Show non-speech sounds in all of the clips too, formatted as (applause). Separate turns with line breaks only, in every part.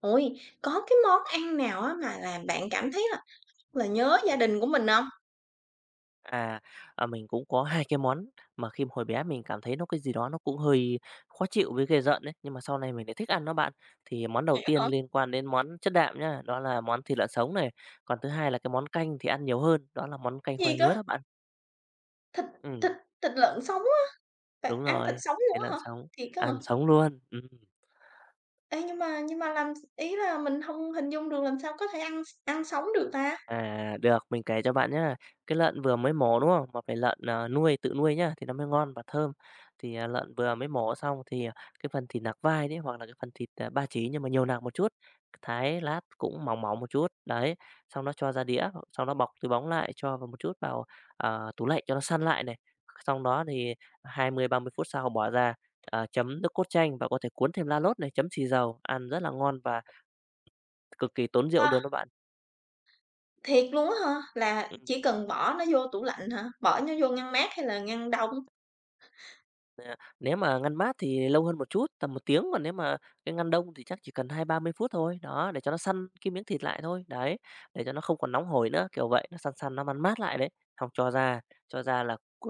Ôi, có cái món ăn nào á mà làm bạn cảm thấy là nhớ gia đình của mình hông?
À, à, mình cũng có 2 cái món mà khi hồi bé mình cảm thấy nó cái gì đó nó cũng hơi khó chịu với ghê rợn đấy nhưng mà sau này mình lại thích ăn nó bạn. Thì món đầu
Vậy á
tiên
hả?
liên quan đến món chất đạm nhá, đó là món thịt lợn sống này, còn thứ hai là cái món canh thì ăn nhiều hơn, đó là món canh
Gì
khoai ngứa
cơ?
đó bạn.
Thịt
Ừm,
thịt thịt lợn sống á,
đúng
bạn ăn thịt
rồi,
sống luôn
thịt lợn
á hả?
sống,
Thiệt á hả?
ăn sống luôn.
Ê, nhưng mà làm s ý là mình hông hình dung được làm sao có thể ăn sống được ta?
À, được, mình kể cho bạn nhé. Cái lợn vừa mới mổ, đúng không? Mà phải lợn, ờ, nuôi tự nuôi nhá, thì nó mới ngon và thơm. Thì, lợn vừa mới mổ xong thì, cái phần thịt nạc vai đấy, hoặc là cái phần thịt, ba chỉ nhưng mà nhiều nạc một chút, thái lát cũng mỏng mỏng một chút, đấy, xong nó cho ra đĩa, xong nó bọc túi bóng lại, cho vào một chút vào, tủ lạnh cho nó săn lại này. Xong đó thì 20-30 phút sau bỏ ra, chấm nước cốt chanh và có thể cuốn thêm lá lốt này, chấm xì dầu, ăn rất là ngon và cực kỳ tốn rượu
Ờ.
luôn đó bạn.
Thiệt luôn á hả? Là
Ừ.
chỉ cần bỏ nó vô tủ lạnh hả? Bỏ nó vô ngăn mát hay là ngăn đông?
Nè, nếu mà ngăn mát thì lâu hơn một chút, tầm một tiếng, còn nếu mà cái ngăn đông thì chắc chỉ cần 20-30 phút thôi, đó, để cho nó săn cái miếng thịt lại thôi, đấy, để cho nó không còn nóng hổi nữa, kiểu vậy, nó săn săn, nó man mát lại đấy. Xong cho ra là c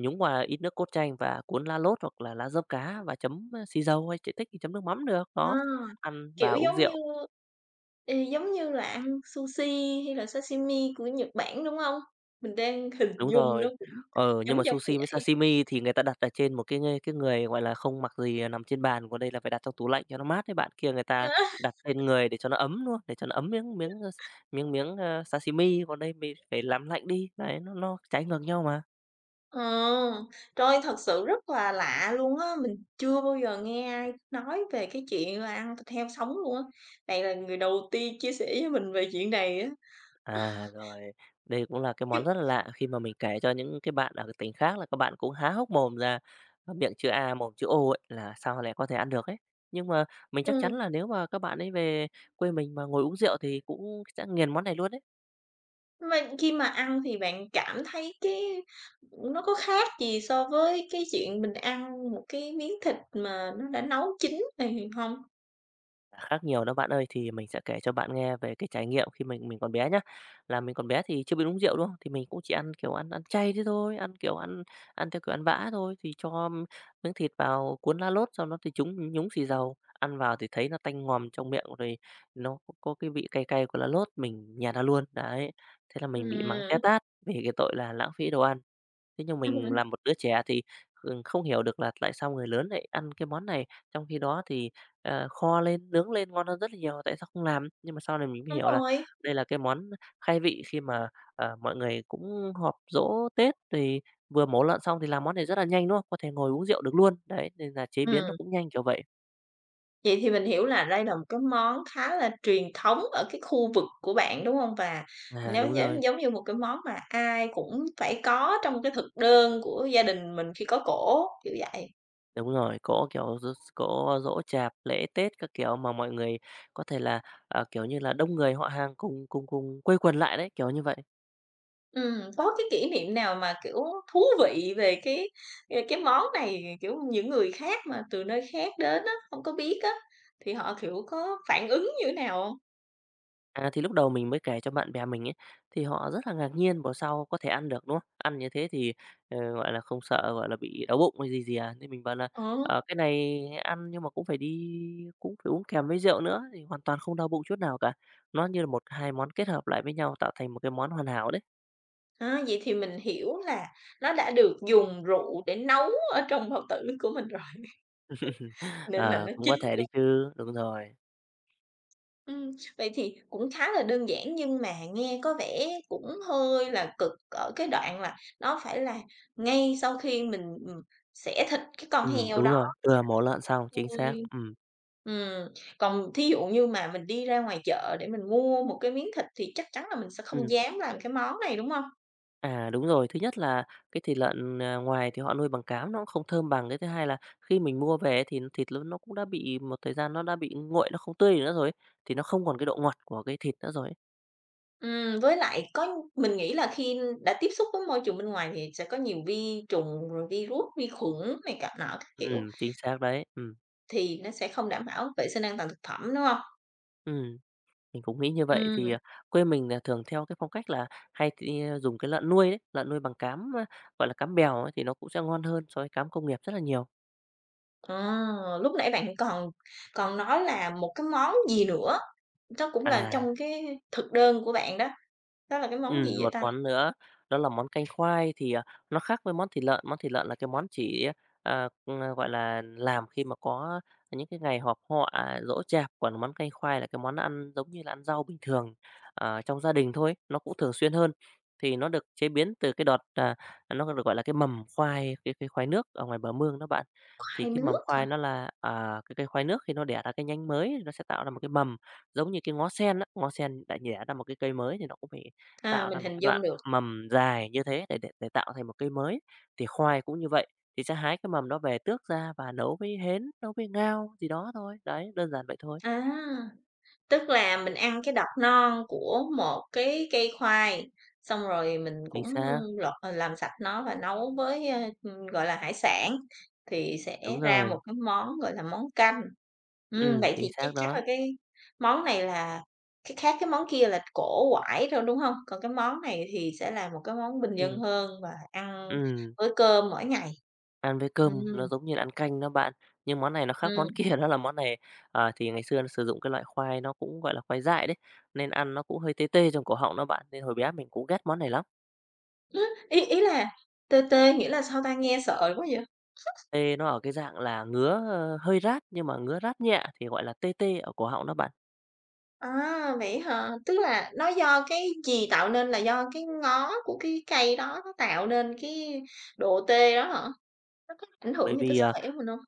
nhúng qua ít nước cốt chanh và cuốn lá lốt hoặc là lá dớp cá và chấm, xì dầu hay chảy tích thì chấm nước mắm được,
Ờ,
đó, ăn và
kiểu,
uống
giống như
rượu.
ừ, giống như là ăn sushi hay là sashimi của Nhật Bản, đúng hông? Mình đang (laughs) hình
Đúng
dung nó
rồi.
cũng
Ờ, nhưng
giống
mà
giống như
sushi với
vậy
sashimi thì người ta đặt ở trên một cái người, gọi là, không mặc gì, nằm trên bàn, còn đây là phải đặt trong tủ lạnh cho nó mát đấy bạn. Kia người ta
á.
đặt lên người để cho nó ấm luôn. Để cho nó ấm miếng miếng, ơ, s miếng miếng, ơ, sashimi, còn đây mình phải làm lạnh đi, đấy, nó trái ngược nhau mà.
Ờ, trời ơi, thật sự rất là lạ luôn á, mình chưa bao giờ nghe ai nói về cái chuyện là ăn thịt heo sống luôn á. Bạn là người đầu tiên chia sẻ với mình về chuyện này á,
À, rồi, đây cũng là cái
chứ
món rất là lạ khi mà mình kể cho những cái bạn ở cái tỉnh khác là các bạn cũng há hốc mồm ra, miệng chữ A, mồm chữ O ấy, là sao lại có thể ăn được ấy. Nhưng mà mình chắc chắn
ừm.
là nếu mà các bạn ấy về quê mình mà ngồi uống rượu thì cũng sẽ nghiền món này luôn đấy.
Mà khi mà ăn thì bạn cảm thấy cái nó có khác gì so với cái chuyện mình ăn một cái miếng thịt mà nó đã nấu chín thì hông?
À, khác nhiều đó bạn ơi, thì mình sẽ kể cho bạn nghe về cái trải nghiệm khi mình còn bé nhá. Là mình còn bé thì chưa biết uống rượu, đúng không? Thì mình cũng chỉ ăn, kiểu, ăn ăn chay thế thôi, ăn, kiểu, ăn ăn theo kiểu ăn vã thôi, thì cho miếng thịt vào cuốn lá lốt, sau đó thì chúng nhúng xì dầu, ăn vào thì thấy nó tanh ngòm trong miệng, rồi nó có cái vị cay cay của lá lốt, mình nhạt ra luôn, đấy. Thế là mình bị mắng
Ừm,
té tát vì cái tội là lãng phí đồ ăn. Thế nhưng mình là một
(laughs) (unintelligible)
đứa trẻ thì, ừ, không hiểu được là tại sao người lớn lại ăn cái món này, trong khi đó thì, kho lên, nướng lên ngon hơn rất là nhiều, tại sao không làm? Nhưng mà sau này mình mới
đúng
hiểu là
rồi.
đây là cái món khai vị khi mà, mọi người cũng họp dỗ Tết, thì vừa mổ lợn xong thì làm món này rất là nhanh, đúng không? Có thể ngồi uống rượu được luôn, đấy, nên là chế biến nó
Ừm,
cũng nhanh, kiểu vậy.
vậy thì mình hiểu là đây là một cái món khá là truyền thống ở cái khu vực của bạn, đúng hông? Và
À,
nếu giống giống như một cái món mà ai cũng phải có trong cái thực đơn của gia đình mình khi có cỗ, kiểu vậy.
đúng rồi, có, kiểu, giỗ có giỗ chạp, lễ Tết các kiểu mà mọi người có thể là, kiểu như là, đông người họ hàng cùng cùng cùng quây quần lại đấy, kiểu như vậy.
Có cái kỷ niệm nào mà, kiểu, thú vị về cái, ờ, cái món này, kiểu, những người khác mà từ nơi khác đến á, hông có biết á, thì họ, kiểu, có phản ứng như thế nào hông?
À, thì lúc đầu mình mới kể cho bạn bè mình ấy, thì họ rất là ngạc nhiên, bảo sao có thể ăn được, đúng không? Ăn như thế thì, gọi là, không sợ, gọi là, bị đau bụng hay gì gì à? Thế mình bảo là
Ờ,
"Ờ, cái này ăn nhưng mà cũng phải uống kèm với rượu nữa thì hoàn toàn không đau bụng chút nào cả. Nó như là một hai món kết hợp lại với nhau tạo thành một cái món hoàn hảo đấy."
à, vậy thì mình hiểu là nó đã được dùng rượu để nấu ở trong bao tử của mình rồi, (laughs)
(laughs)
nên là
Ờ,
nó
cũng
chín.
có thể đấy chứ, đúng rồi.
Ừm, vậy thì cũng khá là đơn giản nhưng mà nghe có vẻ cũng hơi là cực ở cái đoạn là nó phải là ngay sau khi mình, ừm, xẻ thịt cái con heo
Đúng
đó.
rồi, vừa mổ lợn xong, chính xác,
Tươi.
ừm.
Ừm, còn thí dụ như mà mình đi ra ngoài chợ để mình mua một cái miếng thịt thì chắc chắn là mình sẽ không
Ừm.
dám làm cái món này, đúng hông?
À, đúng rồi. Thứ nhất là cái thịt lợn, ngoài thì họ nuôi bằng cám nó cũng không thơm bằng. Cái thứ hai là khi mình mua về thì thịt ló nó cũng đã bị một thời gian nó đã bị nguội, nó không tươi nữa rồi ấy, thì nó không còn cái độ ngọt của cái thịt nữa rồi ấy.
Với lại có mình nghĩ là khi đã tiếp xúc với môi trường bên ngoài thì sẽ có nhiều vi trùng, rồi virus, vi khuẩn này cả nọ các kiểu,
Chính xác đấy. Ừm,
thì nó sẽ không đảm bảo vệ sinh an toàn thực phẩm, đúng hông?
ừm, mình cũng nghĩ như vậy. Thì,
Ừm,
quê mình nà thường theo cái phong cách là hay thì, dùng cái lợn nuôi đấy, lợn nuôi bằng cám, gọi là, cám bèo ấy thì nó cũng sẽ ngon hơn so với cám công nghiệp rất là nhiều.
ờ, lúc nãy bạn còn còn nói là một cái món gì nữa, nó cũng là
À.
trong cái thực đơn của bạn đó, đó là cái món gì vậy
Một
ta?
món nữa đó là món canh khoai thì, nó khác với món thịt lợn là cái món chỉ, gọi là, làm khi mà có những cái ngày họp họ, giỗ chạp, còn món canh khoai là cái món ăn giống như là ăn rau bình thường, ờ, trong gia đình thôi, nó cũng thường xuyên hơn. Thì nó được chế biến từ cái đọt, nó được gọi là cái mầm khoai, cái khoai nước ở ngoài bờ mương đó bạn. Thì
Khoai
cái mầm
nước hả?
khoai nó là, cái cây khoai nước khi nó đẻ ra cái nhánh mới nó sẽ tạo ra một cái mầm, giống như cái ngó sen á, ngó sen đã đẻ ra một cái cây mới thì nó cũng phải
À,
tạo
mình
ra một
hình
cái
dung
đoạn
được.
mầm dài như thế để tạo thành một cây mới. Thì khoai cũng như vậy, thì sẽ hái cái mầm đó về tước ra và nấu với hến, nấu với ngao gì đó thôi. Đấy, đơn giản vậy thôi.
À, tức là mình ăn cái đọt non của một cái cây khoai, xong rồi mình
Chính
cũng
xác,
lột ờ, làm sạch nó và nấu với, ơ, gọi là, hải sản, thì sẽ
đúng
ra một
rồi.
cái món, gọi là, món canh. Vậy
Chính
thì chắc
xác
chắc là
đó.
cái món này là cái khác cái món kia là cổ quải thôi, đúng không? Còn cái món này thì sẽ là một cái món bình dân
Ừm,
hơn và ăn
ừm,
với cơm mỗi ngày.
ăn với
Ừ.
cơm nó giống như là ăn canh đó bạn, nhưng món này nó khác món
Ừ.
kia (laughs) đó là món này, thì ngày xưa nó sử dụng cái loại khoai nó cũng, gọi là, khoai dại đấy, nên ăn nó cũng hơi tê tê trong cổ họng đó bạn, nên hồi bé mình cũng ghét món này lắm.
(laughs) ý ý là tê tê nghĩa là sao ta? Nghe sợ quá vậy?
Tê nó ở cái dạng là ngứa, hơi rát nhưng mà ngứa rát nhẹ thì gọi là tê tê ở cổ họng đó bạn.
À, vậy hả? Tức là nó do cái gì tạo nên, là do cái ngó của cái cây đó nó tạo nên cái độ tê đó hả? Nó có ảnh
Bởi
hưởng gì tới
vì,
sức khỏe của mình không?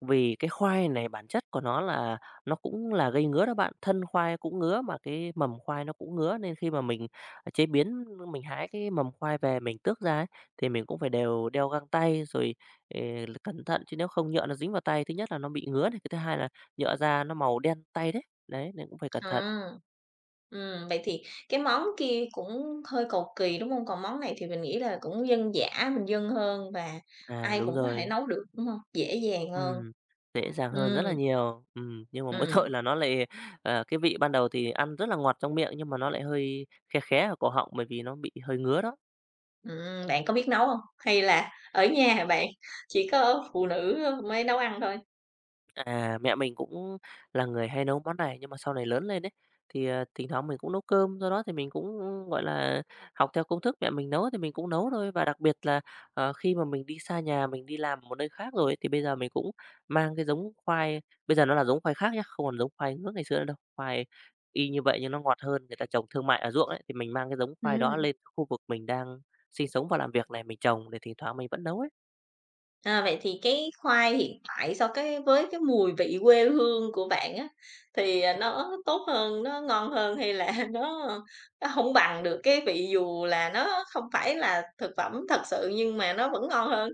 vì cái khoai này bản chất của nó là nó cũng là gây ngứa đó bạn, thân khoai cũng ngứa mà cái mầm khoai nó cũng ngứa, nên khi mà mình, chế biến, mình hái cái mầm khoai về mình tước ra ấy, thì mình cũng phải đều đeo găng tay rồi, ờ, cẩn thận chứ nếu không nhỡ nó dính vào tay, thứ nhất là nó bị ngứa này, cái thứ hai là nhỡ ra nó màu đen tay đấy. Đấy, nên cũng phải cẩn thận.
À. Vậy thì cái món kia cũng hơi cầu kỳ, đúng không? Còn món này thì mình nghĩ là cũng dân dã, bình dân hơn và
À,
ai
đúng
cũng có thể
rồi.
nấu được, đúng không? Dễ dàng hơn.
Ừm, dễ dàng hơn
Ừ,
rất là nhiều. Nhưng mà mỗi
ừ.
(laughs) tội là nó lại, cái vị ban đầu thì ăn rất là ngọt trong miệng nhưng mà nó lại hơi khé khé ở cổ họng bởi vì nó bị hơi ngứa đó.
Bạn có biết nấu hông? Hay là ở nhà hả bạn? Chỉ có phụ nữ mới nấu ăn thôi?
À, mẹ mình cũng là người hay nấu món này nhưng mà sau này lớn lên ấy thì, thỉnh thoảng mình cũng nấu cơm, do đó thì mình cũng, gọi là, học theo công thức mẹ mình nấu thì mình cũng nấu thôi. Và đặc biệt là, khi mà mình đi xa nhà, mình đi làm một nơi khác rồi ấy, thì bây giờ mình cũng mang cái giống khoai bây giờ nó là giống khoai khác nhá, không còn giống khoai nước ngày xưa nữa đâu. Khoai y như vậy nhưng nó ngọt hơn, người ta trồng thương mại ở ruộng ấy, thì mình mang cái giống khoai đó
Ừm,
lên khu vực mình đang sinh sống và làm việc này, mình trồng để thỉnh thoảng mình vẫn nấu ấy.
à, vậy thì cái khoai hiện tại so cái với cái mùi vị quê hương của bạn á, thì, à, nó tốt hơn, nó ngon hơn hay là (laughs) nó hông bằng được cái vị dù là nó không phải là thực phẩm thật sự nhưng mà nó vẫn ngon hơn?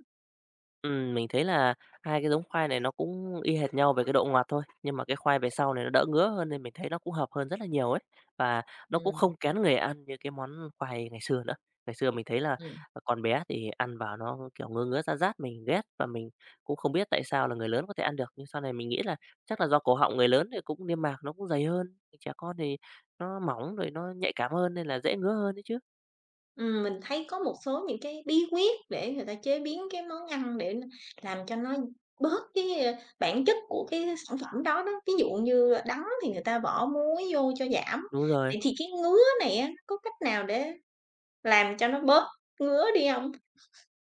Mình thấy là hai cái giống khoai này nó cũng y hệt nhau về cái độ ngọt thôi, nhưng mà cái khoai về sau này nó đỡ ngứa hơn nên mình thấy nó cũng hợp hơn rất là nhiều ấy. Và nó cũng
Ừm,
không kén người ăn như cái món khoai ngày xưa nữa. Ngày xưa mình thấy là
ừm.
còn bé thì ăn vào nó, kiểu, ngứa ngứa, rát rát, mình ghét và mình cũng không biết tại sao là người lớn có thể ăn được. Nhưng sau này mình nghĩ là chắc là do cổ họng người lớn thì cũng niêm mạc nó cũng dày hơn, trẻ con thì nó mỏng rồi nó nhạy cảm hơn nên là dễ ngứa hơn đấy chứ.
Mình thấy có một số những cái bí quyết để người ta chế biến cái món ăn làm cho nó bớt cái, ơ, bản chất của cái sản phẩm đó đó. Ví dụ như đắng thì người ta bỏ muối vô cho giảm,
Đúng rồi.
vậy thì cái ngứa này á, có cách nào để làm cho nó bớt ngứa đi không?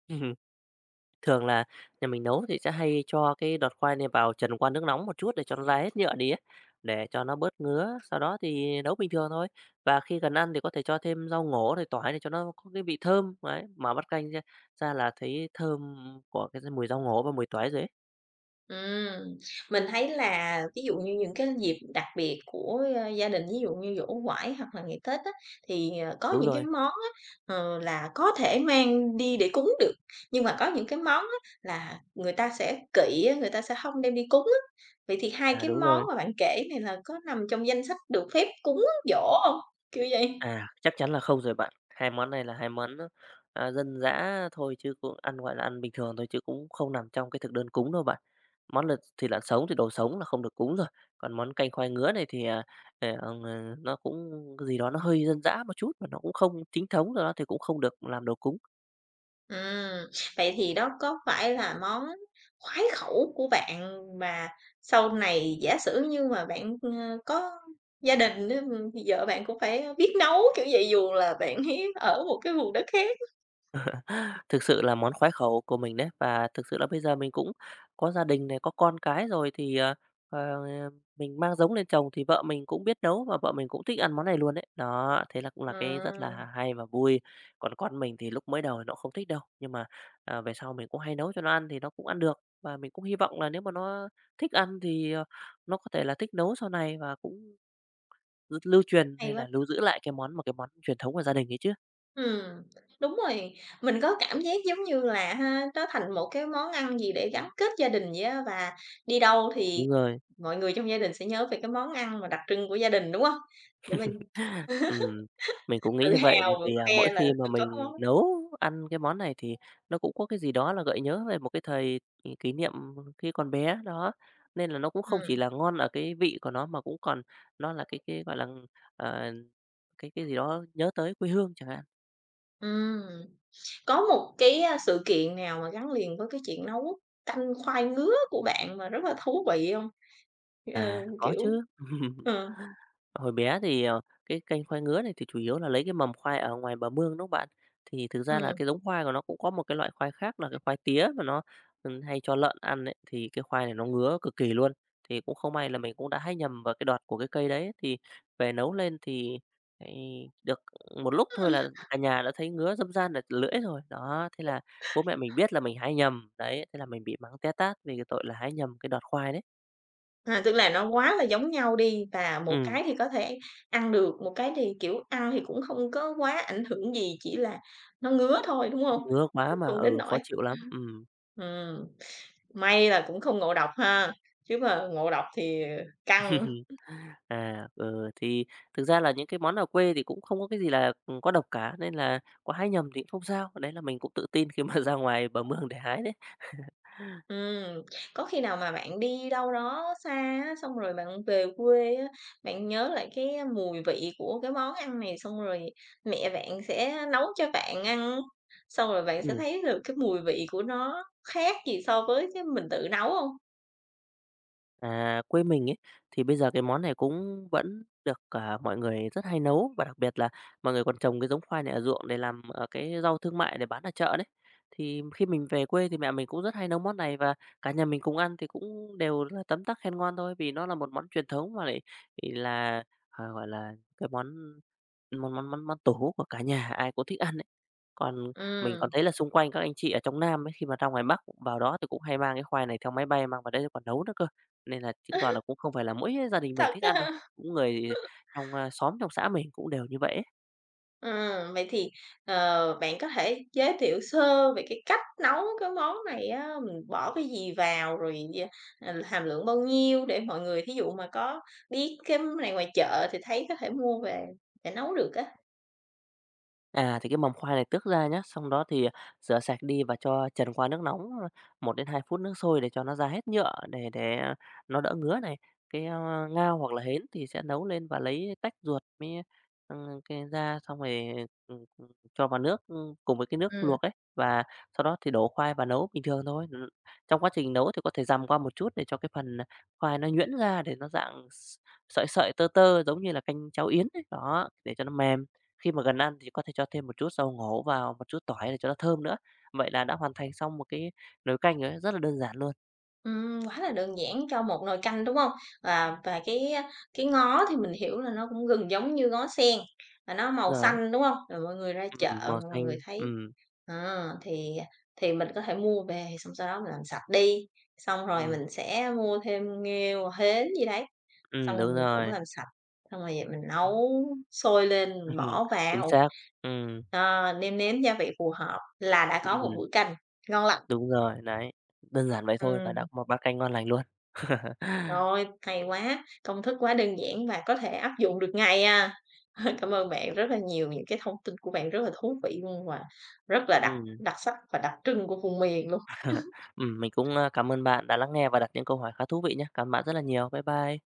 (laughs) Thường là nhà mình nấu thì sẽ hay cho cái đọt khoai này vào trần qua nước nóng một chút để cho nó ra hết nhựa đi ấy, để cho nó bớt ngứa, sau đó thì nấu bình thường thôi. Và khi cần ăn thì có thể cho thêm rau ngổ rồi tỏi để cho nó có cái vị thơm, đấy, mà bắt canh ra ra là thấy thơm của cái mùi rau ngổ và mùi tỏi rồi ấy.
Ừm, mình thấy là ví dụ như những cái dịp đặc biệt của, ơ, gia đình, ví dụ như giỗ ngoại hoặc là ngày Tết á, thì, ờ, có
Đúng
những cái
rồi,
món á, ờ, là có thể mang đi để cúng được, nhưng mà có những cái món á là người ta sẽ kỵ á, người ta sẽ không đem đi cúng á. Vậy thì hai cái
đúng
món
rồi.
mà bạn kể này là có nằm trong danh sách được phép cúng giỗ không? Kiểu vậy.
À, chắc chắn là không rồi bạn. Hai món này là hai món, à, dân dã thôi chứ cũng ăn, gọi là, ăn bình thường thôi chứ cũng không nằm trong cái thực đơn cúng đâu bạn. Món lợn thịt lợn sống thì đồ sống là không được cúng rồi, còn món canh khoai ngứa này thì, à, ờ, nó cũng cái gì đó nó hơi dân dã một chút và nó cũng không chính thống, do đó thì cũng không được làm đồ cúng.
Ừm, vậy thì đó có phải là món khoái khẩu của bạn mà sau này giả sử như mà bạn, ơ, có gia đình á, thì vợ bạn cũng phải biết nấu, kiểu vậy, dù là bạn ấy ở một cái vùng đất khác?
Thực sự là món khoái khẩu của mình đấy, và thực sự là bây giờ mình cũng có gia đình này, có con cái rồi thì, ờ, mình mang giống lên trồng thì vợ mình cũng biết nấu và vợ mình cũng thích ăn món này luôn đấy. Đó, thế là cũng là cái rất là
Ừm,
hay và vui. Còn con mình thì lúc mới đầu thì nó không thích đâu, nhưng mà, à, về sau mình cũng hay nấu cho nó ăn thì nó cũng ăn được, và mình cũng hy vọng là nếu mà nó thích ăn thì, ờ, nó có thể là thích nấu sau này và cũng lưu truyền
hay
hay
quá.
là lưu giữ lại cái món một cái món truyền thống của gia đình ấy chứ.
Ừm, đúng rồi, mình có cảm giác giống như là ha, nó thành một cái món ăn gì để gắn kết gia đình vậy á, và đi đâu thì
Đúng rồi.
mọi người trong gia đình sẽ nhớ về cái món ăn mà đặc trưng của gia đình, đúng không? Để mình
Ừm, mình cũng
tự
nghĩ như vậy,
hào
bởi
và
vì, à, mỗi
khoe là
khi mà
"Tôi có cái
mình
món"
nấu ăn cái món này thì nó cũng có cái gì đó là gợi nhớ về một cái thời kỷ niệm khi còn bé, đó. Nên là nó cũng không chỉ
ừm.
là ngon ở cái vị của nó mà cũng còn nó là cái, gọi là, ờ, cái gì đó nhớ tới quê hương chẳng hạn.
Ừm. Có một cái, a, sự kiện nào mà gắn liền với cái chuyện nấu canh khoai ngứa của bạn mà rất là thú vị không? Ờ,
À, có
kiểu
chứ. (laughs)
ờ,
Hồi bé thì, ờ, cái canh khoai ngứa này thì chủ yếu là lấy cái mầm khoai ở ngoài bờ mương, đúng không bạn? Thì thực ra là
ừm.
cái giống khoai của nó cũng có một cái loại khoai khác là cái khoai tía mà nó, hay cho lợn ăn ấy, thì cái khoai này nó ngứa cực kỳ luôn. Thì cũng không may là mình cũng đã hay nhầm vào cái đọt của cái cây đấy, thì về nấu lên thì được một lúc thôi là cả nhà đã thấy ngứa dâm gian ở lưỡi rồi. Đó, thế là bố mẹ mình biết là mình hái nhầm, đấy, thế là mình bị mắng té tát vì cái tội là hái nhầm cái đọt khoai đấy.
À, tức là nó quá là giống nhau đi và một
Ừm,
cái thì có thể ăn được, một cái thì, kiểu, ăn thì cũng không có quá ảnh hưởng gì, chỉ là nó ngứa thôi, đúng không?
ngứa quá
Cũng
mà,
không đến
ừ,
nỗi
khó chịu lắm.
ừm, may là cũng không ngộ độc ha, chứ mà ngộ độc thì căng.
(laughs) À, ừ, thì thực ra là những cái món ở quê thì cũng không có cái gì là, có độc cả, nên là có hái nhầm thì cũng không sao, đấy là mình cũng tự tin khi mà (laughs) ra ngoài bờ mương để hái
Ừm, có khi nào mà bạn đi đâu đó xa á, xong rồi bạn về quê á, bạn nhớ lại cái mùi vị của cái món ăn này, xong rồi mẹ bạn sẽ nấu cho bạn ăn? Xong rồi bạn sẽ
đấy.
thấy được cái mùi vị của nó khác gì so với cái mình tự nấu không?
À, quê mình ấy, thì bây giờ cái món này cũng vẫn được, à, mọi người rất hay nấu và đặc biệt là mọi người còn trồng cái giống khoai này ở ruộng để làm, ờ, cái rau thương mại để bán ở chợ đấy. Thì khi mình về quê thì mẹ mình cũng rất hay nấu món này và cả nhà mình cùng ăn thì cũng đều là tấm tắc khen ngon thôi, vì nó là một món truyền thống mà lại thì là, ờ, gọi là, cái món món món món món tổ của cả nhà, ai cũng thích ăn đấy. Còn mình
Ừm,
còn thấy là xung quanh các anh chị ở trong Nam ấy, khi mà ra ngoài Bắc vào đó thì cũng hay mang cái khoai này theo máy bay mang vào đấy còn nấu nữa cơ. Nên là chứng tỏ là
(laughs)
cũng không phải là mỗi gia đình mình
thật
thích ăn đâu,
á ha.
cũng người trong, a, xóm trong xã mình cũng đều như vậy ấy.
Vậy thì, ờ, bạn có thể giới thiệu sơ về cái cách nấu cái món này á, mình bỏ cái gì vào, rồi ờ, hàm lượng bao nhiêu để mọi người thí dụ mà có biết cái này ngoài chợ thì thấy có thể mua về để nấu được á?
À, thì cái mầm khoai này tước ra nhé, xong đó thì rửa sạch đi và cho chần qua nước nóng ờ, một đến hai phút nước sôi để cho nó ra hết nhựa, để ờ, nó đỡ ngứa này. Cái, a, ngao hoặc là hến thì sẽ nấu lên và lấy tách ruột mới, cái ra xong rồi, ừm, ừm, cho vào nước, ưm, cùng với cái nước
Ừm.
luộc ấy, và sau đó thì đổ khoai và nấu bình thường thôi. Trong quá trình nấu thì có thể dằm qua một chút để cho cái phần khoai nó nhuyễn ra để nó dạng sợi sợi, tơ tơ giống như là canh cháo yến ấy, đó, để cho nó mềm. Khi mà gần ăn thì có thể cho thêm một chút dầu ngổ vào, một chút tỏi để cho nó thơm nữa. Vậy là đã hoàn thành xong một cái nồi canh rồi đấy, rất là đơn giản luôn.
Quá là đơn giản cho một nồi canh, đúng không? Và cái, ờ, cái ngó thì mình hiểu là nó cũng gần giống như ngó sen, là nó màu
Rồi,
xanh, đúng không? Rồi mọi người ra chợ
màu
mọi người
xanh,
thấy Ờ, thì mình có thể mua về, xong sau đó mình làm sạch đi, xong rồi
ừm,
mình sẽ mua thêm nghêu, hến gì đấy, xong rồi
đúng
mình cũng
rồi.
làm sạch, xong rồi vậy mình
Đấy,
nấu sôi lên,
ừm,
mình
(laughs)
bỏ
chính
vào,
xác, ừm,
ờ, nêm nếm gia vị phù hợp là đã có một
ừm,
bữa canh ngon lành.
đúng rồi, đấy, đơn giản vậy thôi và đã
Ừm,
có một bát canh ngon lành luôn. (laughs)
rồi, hay quá, công thức quá đơn giản và có thể áp dụng được ngay à. (laughs) Cảm ơn bạn rất là nhiều, những cái thông tin của bạn rất là thú vị luôn và rất là đặc
Ừm,
đặc sắc và đặc trưng của vùng miền luôn.
mình cũng, a, cảm ơn bạn đã lắng nghe và đặt những câu hỏi khá thú vị nhé. Cảm ơn bạn rất là nhiều. Bye bye.